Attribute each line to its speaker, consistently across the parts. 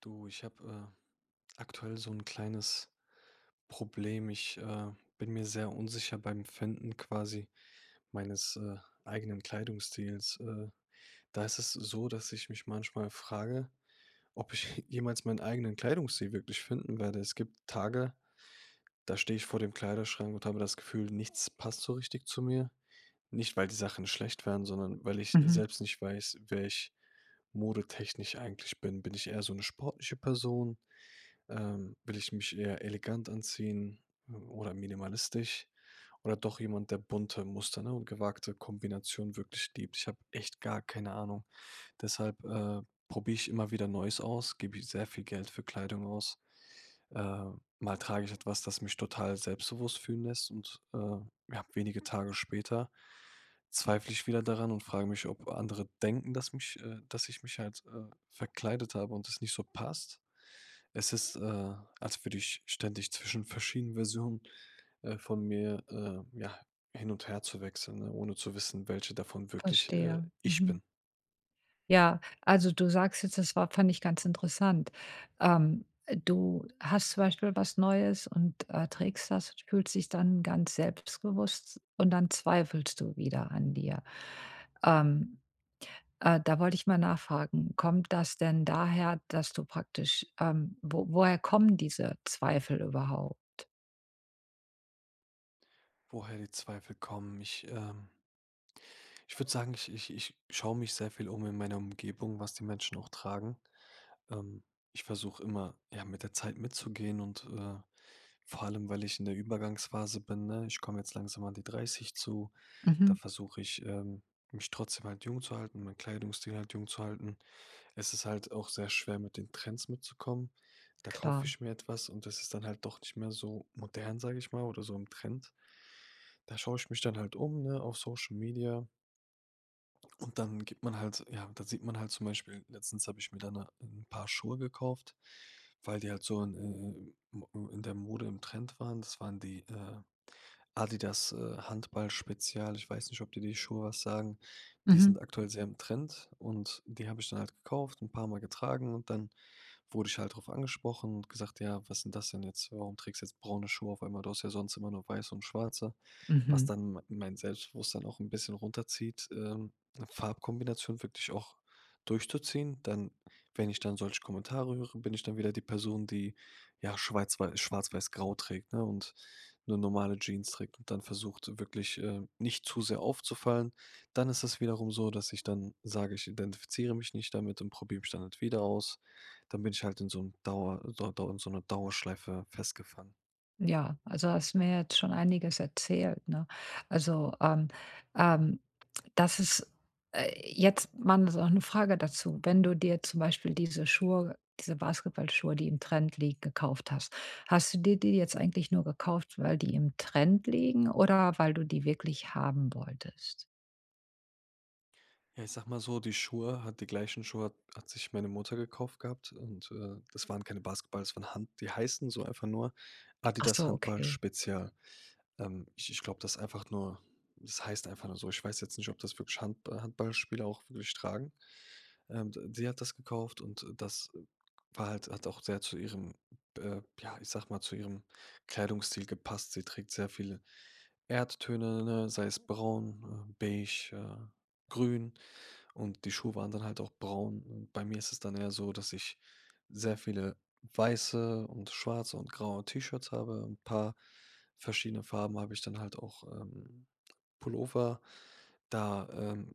Speaker 1: Du, ich habe aktuell so ein kleines Problem. Ich bin mir sehr unsicher beim Finden quasi meines eigenen Kleidungsstils. Da ist es so, dass ich mich manchmal frage, ob ich jemals meinen eigenen Kleidungsstil wirklich finden werde. Es gibt Tage, da stehe ich vor dem Kleiderschrank und habe das Gefühl, nichts passt so richtig zu mir. Nicht, weil die Sachen schlecht wären, sondern weil ich
Speaker 2: Mhm,
Speaker 1: selbst nicht weiß, wer ich modetechnisch eigentlich bin. Bin ich eher so eine sportliche Person? Will ich mich eher elegant anziehen oder minimalistisch oder doch jemand, der bunte Muster, ne, und gewagte Kombinationen wirklich liebt? Ich habe echt gar keine Ahnung. Deshalb probiere ich immer wieder Neues aus, gebe ich sehr viel Geld für Kleidung aus, äh, mal trage ich etwas, das mich total selbstbewusst fühlen lässt und ja, wenige Tage später zweifle ich wieder daran und frage mich, ob andere denken, dass ich mich halt verkleidet habe und es nicht so passt. Es ist als würde ich ständig zwischen verschiedenen Versionen von mir hin und her zu wechseln, ne, ohne zu wissen, welche davon wirklich, äh,
Speaker 2: verstehe.
Speaker 1: ich
Speaker 2: Mhm.
Speaker 1: bin.
Speaker 2: Ja, also du sagst jetzt, das war fand ich ganz interessant. Ähm, Du hast zum Beispiel was Neues und, trägst das und fühlst dich dann ganz selbstbewusst und dann zweifelst du wieder an dir. Ähm, Da wollte ich mal nachfragen, kommt das denn daher, dass du praktisch wo woher kommen diese Zweifel überhaupt?
Speaker 1: Woher die Zweifel kommen. Ich würde sagen, ich schaue mich sehr viel um in meiner Umgebung, was die Menschen auch tragen. Ähm, Ich versuche immer, ja, mit der Zeit mitzugehen und vor allem, weil ich in der Übergangsphase bin, ne? Ich komme jetzt langsam an die 30 zu. Da
Speaker 2: Mhm,
Speaker 1: versuche ich, mich trotzdem halt jung zu halten, meinen Kleidungsstil halt jung zu halten. Es ist halt auch sehr schwer, mit den Trends mitzukommen. Da kaufe
Speaker 2: klar.
Speaker 1: ich mir etwas und das ist dann halt doch nicht mehr so modern, sage ich mal, oder so im Trend. Da schaue ich mich dann halt um, ne, auf Social Media. Und dann gibt man halt ja, da sieht man halt zum Beispiel letztens habe ich mir dann ein Paar Schuhe gekauft, weil die halt so in der Mode im Trend waren. Das waren die Adidas, Handball-Spezial. Ich weiß nicht, ob dir die Schuhe was sagen. Die sind
Speaker 2: Mhm,
Speaker 1: aktuell sehr im Trend und die habe ich dann halt gekauft, ein paar Mal getragen und dann wurde ich halt drauf angesprochen und gesagt: „Ja, was sind das denn jetzt? Warum trägst du jetzt braune Schuhe auf einmal? Du hast ja sonst immer nur weiße und schwarze.“ Was
Speaker 2: mhm.
Speaker 1: dann mein Selbstbewusstsein auch ein bisschen runterzieht, 'ne Farbkombination wirklich auch durchzuziehen. Dann wenn ich dann solche Kommentare höre, bin ich dann wieder die Person, die, ja, schwarz-weiß-grau trägt, ne? Und 'ne normale Jeans trägt und dann versucht, wirklich nicht zu sehr aufzufallen. Dann ist es wiederum so, dass ich dann sage, ich identifiziere mich nicht damit und probiere mich dann halt wieder aus. Dann bin ich halt in so 'nem Dauer Dau Dau in so 'ner Dauerschleife festgefangen.
Speaker 2: Ja, also hast mir jetzt schon einiges erzählt, ne? Also, ähm, das ist, jetzt mal noch eine Frage dazu. Wenn du dir zum Beispiel diese Basketballschuhe, die im Trend liegen, gekauft hast, hast du dir die jetzt eigentlich nur gekauft, weil die im Trend liegen oder weil du die wirklich haben wolltest?
Speaker 1: Ja, ich sag mal so, die gleichen Schuhe hat sich meine Mutter gekauft gehabt und das waren keine Basketball, das waren Hand die heißen so einfach nur
Speaker 2: Ach
Speaker 1: Adidas
Speaker 2: so,
Speaker 1: Handball
Speaker 2: okay.
Speaker 1: Spezial. Ich glaube, das ist einfach nur das heißt einfach nur so. Ich weiß jetzt nicht, ob das wirklich Handballspieler auch wirklich tragen. D Sie hat das gekauft und das war halt hat auch sehr zu ihrem, ja, ich sag mal, zu ihrem Kleidungsstil gepasst. Sie trägt sehr viele Erdtöne, ne, sei es braun, beige, grün. Und die Schuhe waren dann halt auch braun. Und bei mir ist es dann eher so, dass ich sehr viele weiße und schwarze und graue T-Shirts habe. Ein paar verschiedene Farben habe ich dann halt auch, Pullover. Da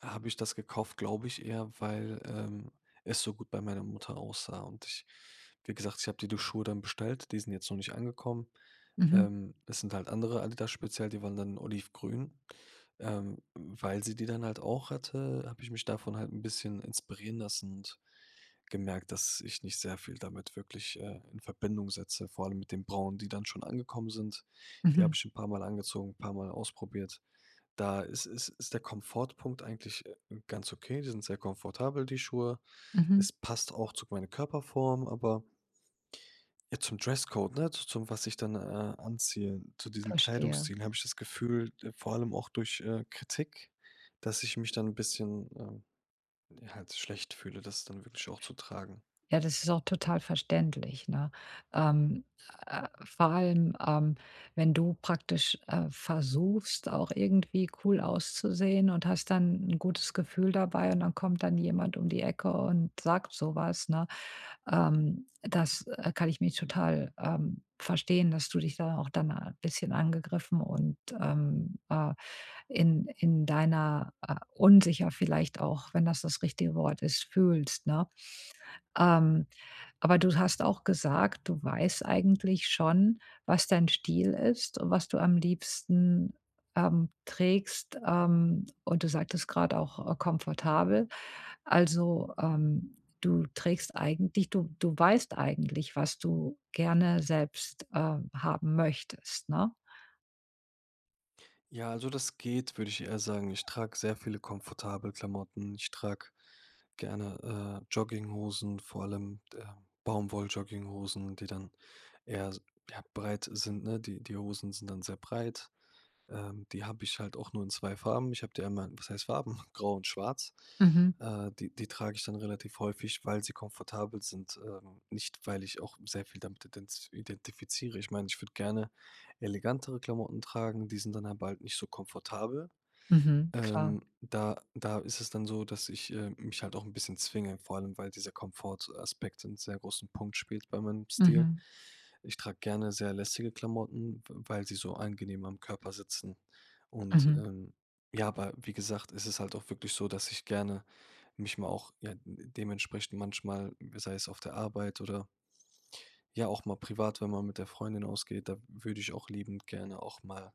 Speaker 1: habe ich das gekauft, glaube ich eher, weil es so gut bei meiner Mutter aussah und ich wie gesagt, ich habe die Schuhe dann bestellt, die sind jetzt noch nicht angekommen.
Speaker 2: Mhm,
Speaker 1: Es sind halt andere Adidas speziell, die waren dann olivgrün. Weil sie die dann halt auch hatte, habe ich mich davon halt ein bisschen inspirieren lassen und gemerkt, dass ich nicht sehr viel damit wirklich in Verbindung setze, vor allem mit den braunen, die dann schon angekommen sind. Die habe
Speaker 2: mhm,
Speaker 1: ich ein paar Mal angezogen, ein paar Mal ausprobiert. Da ist der Komfortpunkt eigentlich ganz okay. Die sind sehr komfortabel, die Schuhe.
Speaker 2: mhm,
Speaker 1: Es passt auch zu meiner Körperform, aber ja, zum Dresscode, ne, zu zum, was ich dann anziehe, zu diesem
Speaker 2: verstehe.
Speaker 1: Kleidungsstil habe ich das Gefühl, vor allem auch durch Kritik, dass ich mich dann ein bisschen, ja, halt schlecht fühle, das dann wirklich auch zu tragen.
Speaker 2: Ja, das ist auch total verständlich, ne? Ähm, Vor allem, wenn du praktisch, versuchst, auch irgendwie cool auszusehen und hast dann ein gutes Gefühl dabei und dann kommt dann jemand um die Ecke und sagt so was, ne? Das, kann ich mich total, verstehen, dass du dich da auch dann ein bisschen angegriffen und, in deiner, unsicher vielleicht auch, wenn das das richtige Wort ist, fühlst, ne? Ähm aber du hast auch gesagt, du weißt eigentlich schon, was dein Stil ist und was du am liebsten, trägst, und du sagtest gerade auch, komfortabel. Also, du trägst eigentlich du weißt eigentlich, was du gerne selbst, haben möchtest, ne?
Speaker 1: Ja, also das geht, würde ich eher sagen. Ich trage sehr viele komfortable Klamotten. Ich trage gerne Jogginghosen, vor allem Baumwoll-Jogginghosen, die dann eher s- ja, breit sind, ne? Die Hosen sind dann sehr breit. Die habe ich halt auch nur in 2 Farben. Ich habe die einmal was heißt Farben? Grau und Schwarz.
Speaker 2: Mhm,
Speaker 1: Die trage ich dann relativ häufig, weil sie komfortabel sind, nicht weil ich auch sehr viel damit identifiziere. Ich meine, ich würde gerne elegantere Klamotten tragen, die sind dann aber halt nicht so komfortabel.
Speaker 2: mhm. Klar.
Speaker 1: Da ist es dann so, dass ich mich halt auch ein bisschen zwinge, vor allem, weil dieser Komfortaspekt einen sehr großen Punkt spielt bei meinem Stil.
Speaker 2: Mhm,
Speaker 1: Ich trage gerne sehr lässige Klamotten, w weil sie so angenehm am Körper sitzen. Und,
Speaker 2: mhm.
Speaker 1: ähm, ja, aber wie gesagt, ist halt auch wirklich so, dass ich gerne mich mal auch, ja, dementsprechend manchmal, sei es auf der Arbeit oder ja auch mal privat, wenn man mit der Freundin ausgeht, da würde ich auch liebend gerne auch mal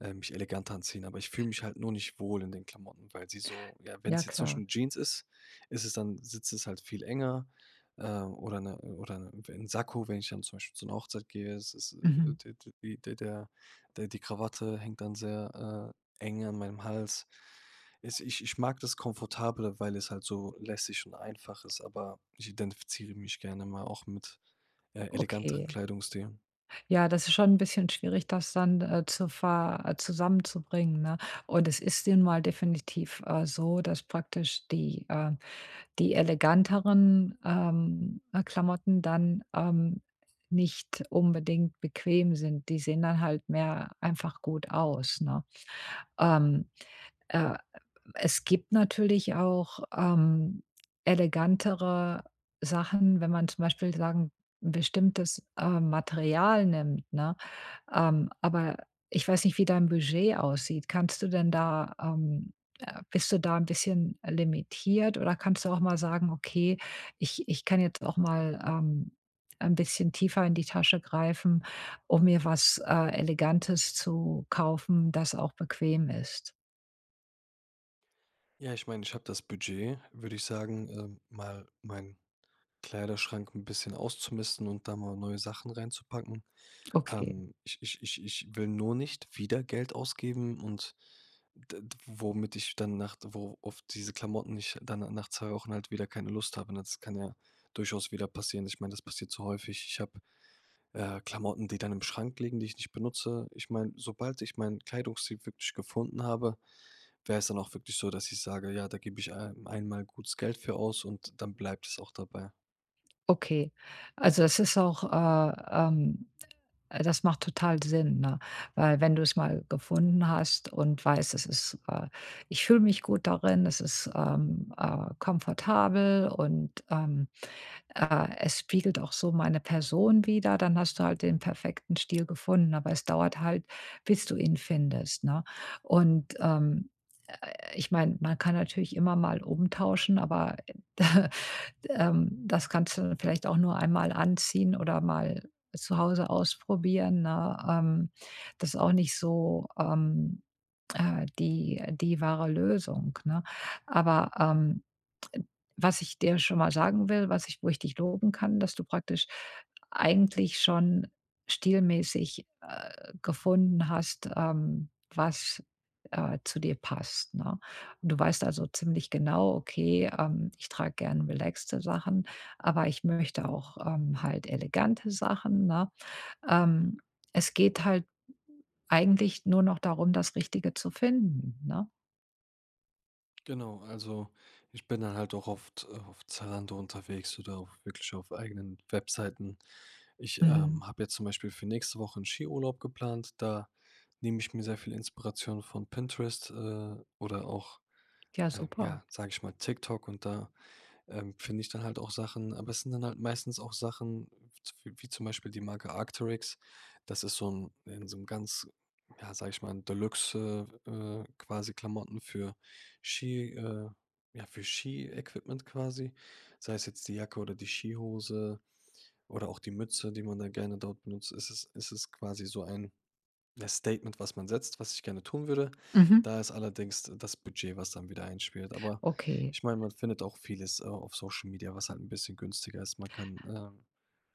Speaker 1: mich elegant anziehen, aber ich fühle mich halt nur nicht wohl in den Klamotten, weil sie so ja, wenn
Speaker 2: Ja,
Speaker 1: es jetzt zum
Speaker 2: klar.
Speaker 1: Beispiel 'ne Jeans ist, ist es dann sitzt es halt viel enger, äh, oder 'n Sakko, wenn ich dann zum Beispiel zu einer Hochzeit gehe, es ist,
Speaker 2: Mhm.
Speaker 1: d d die der der die Krawatte hängt dann sehr eng an meinem Hals. Es ich ich mag das Komfortable, weil es halt so lässig und einfach ist, aber ich identifiziere mich gerne mal auch mit eleganteren
Speaker 2: Okay.
Speaker 1: Kleidungsstilen.
Speaker 2: Ja, das ist schon ein bisschen schwierig, das dann, zu ver zusammenzubringen, ne? Und es ist nun mal definitiv, so, dass praktisch die eleganteren, Klamotten dann, nicht unbedingt bequem sind. Die sehen dann halt mehr einfach gut aus, ne? Ähm, äh, Es gibt natürlich auch, elegantere Sachen, wenn man zum Beispiel sagen 'n bestimmtes, Material nimmt, ne? Aber ich weiß nicht, wie dein Budget aussieht. Kannst du denn da bist du da ein bisschen limitiert oder kannst du auch mal sagen: „Okay, ich kann jetzt auch mal, ein bisschen tiefer in die Tasche greifen, um mir was, Elegantes zu kaufen, das auch bequem ist?“
Speaker 1: Ja, ich meine, ich habe das Budget, würde ich sagen, mal meinen Kleiderschrank ein bisschen auszumisten und da mal neue Sachen reinzupacken.
Speaker 2: Okay,
Speaker 1: Ich will nur nicht wieder Geld ausgeben und d d womit ich dann nach wo auf diese Klamotten ich dann nach 2 Wochen halt wieder keine Lust habe, ne? Das kann ja durchaus wieder passieren. Ich meine, das passiert so häufig. Ich habe Klamotten, die dann im Schrank liegen, die ich nicht benutze. Ich meine, sobald ich meinen Kleidungsstil wirklich gefunden habe, wäre es dann auch wirklich so, dass ich sage: „Ja, da gebe ich ein einmal gutes Geld für aus und dann bleibt es auch dabei.“
Speaker 2: okay. Also, das ist auch, das macht total Sinn, ne? Weil wenn du es mal gefunden hast und weißt, es ist ich fühle mich gut darin, es ist, komfortabel und es spiegelt auch so meine Person wider, dann hast du halt den perfekten Stil gefunden, aber es dauert halt, bis du ihn findest, ne? Und, ich meine, man kann natürlich immer mal umtauschen, aber, das kannst du vielleicht auch nur einmal anziehen oder mal zu Hause ausprobieren, ne? Das ist auch nicht so, die wahre Lösung, ne? Aber, was ich dir schon mal sagen will, was ich wo ich dich loben kann, dass du praktisch eigentlich schon stilmäßig, gefunden hast, was, zu dir passt, ne? Und du weißt also ziemlich genau: „Okay, ich trage gerne relaxte Sachen, aber ich möchte auch, halt elegante Sachen“, ne? Ähm, Es geht halt eigentlich nur noch darum, das Richtige zu finden, ne?
Speaker 1: Genau, also ich bin dann halt auch oft auf Zalando unterwegs oder auch wirklich auf eigenen Webseiten. Ich,
Speaker 2: Mhm.
Speaker 1: ähm, habe jetzt zum Beispiel für nächste Woche 'n Skiurlaub geplant. Da nehme ich mir sehr viel Inspiration von Pinterest, oder auch,
Speaker 2: Ja,
Speaker 1: ähm,
Speaker 2: super.
Speaker 1: ja, sage ich mal, TikTok und da finde ich dann halt auch Sachen aber es sind dann halt meistens auch Sachen w wie zum Beispiel die Marke Arc'teryx. Das ist so ein in so einem ganz, ja, sage ich mal, ein Deluxe, quasi Klamotten für Ski, ja, für Ski-Equipment quasi. Sei es jetzt die Jacke oder die Skihose oder auch die Mütze, die man da gerne dort benutzt. Es ist quasi so ein das Statement, was man setzt, was ich gerne tun würde.
Speaker 2: Mhm.
Speaker 1: Da ist allerdings das Budget, was dann wieder einspielt. Aber
Speaker 2: Okay.
Speaker 1: ich meine, man findet auch vieles auf Social Media, was halt ein bisschen günstiger ist. Man kann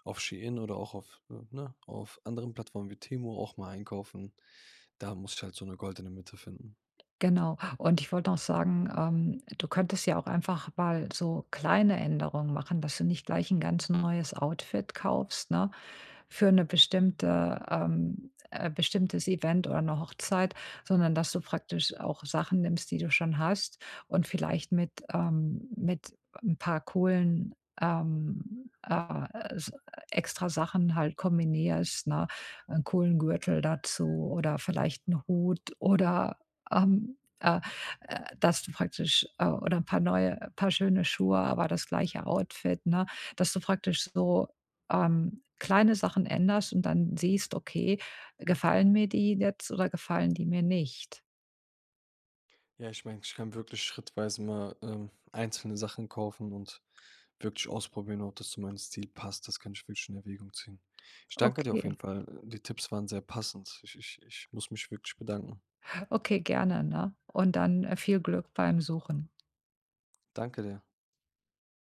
Speaker 1: auf Shein oder auch auf, ne, auf anderen Plattformen wie Temu auch mal einkaufen. Da muss ich halt so 'ne goldene Mitte finden.
Speaker 2: Genau. Und ich wollte noch sagen, du könntest ja auch einfach mal so kleine Änderungen machen, dass du nicht gleich ein ganz neues Outfit kaufst, ne, für eine bestimmte bestimmtes Event oder eine Hochzeit, sondern dass du praktisch auch Sachen nimmst, die du schon hast und vielleicht mit ein paar coolen, s extra Sachen halt kombinierst, ne? Einen coolen Gürtel dazu oder vielleicht einen Hut oder ähm, äh, dass du praktisch oder ein paar neue paar schöne Schuhe, aber das gleiche Outfit, ne? Dass du praktisch so, kleine Sachen änderst und dann siehst: „Okay, gefallen mir die jetzt oder gefallen die mir nicht?“
Speaker 1: Ja, ich meine, ich kann wirklich schrittweise mal einzelne Sachen kaufen und wirklich ausprobieren, ob das zu meinem Stil passt, das kann ich wirklich in Erwägung ziehen. Ich danke dir auf jeden
Speaker 2: Okay,
Speaker 1: Fall. Die Tipps waren sehr passend. Ich muss mich wirklich bedanken.
Speaker 2: okay, gerne, ne? Und dann, viel Glück beim Suchen.
Speaker 1: Danke dir.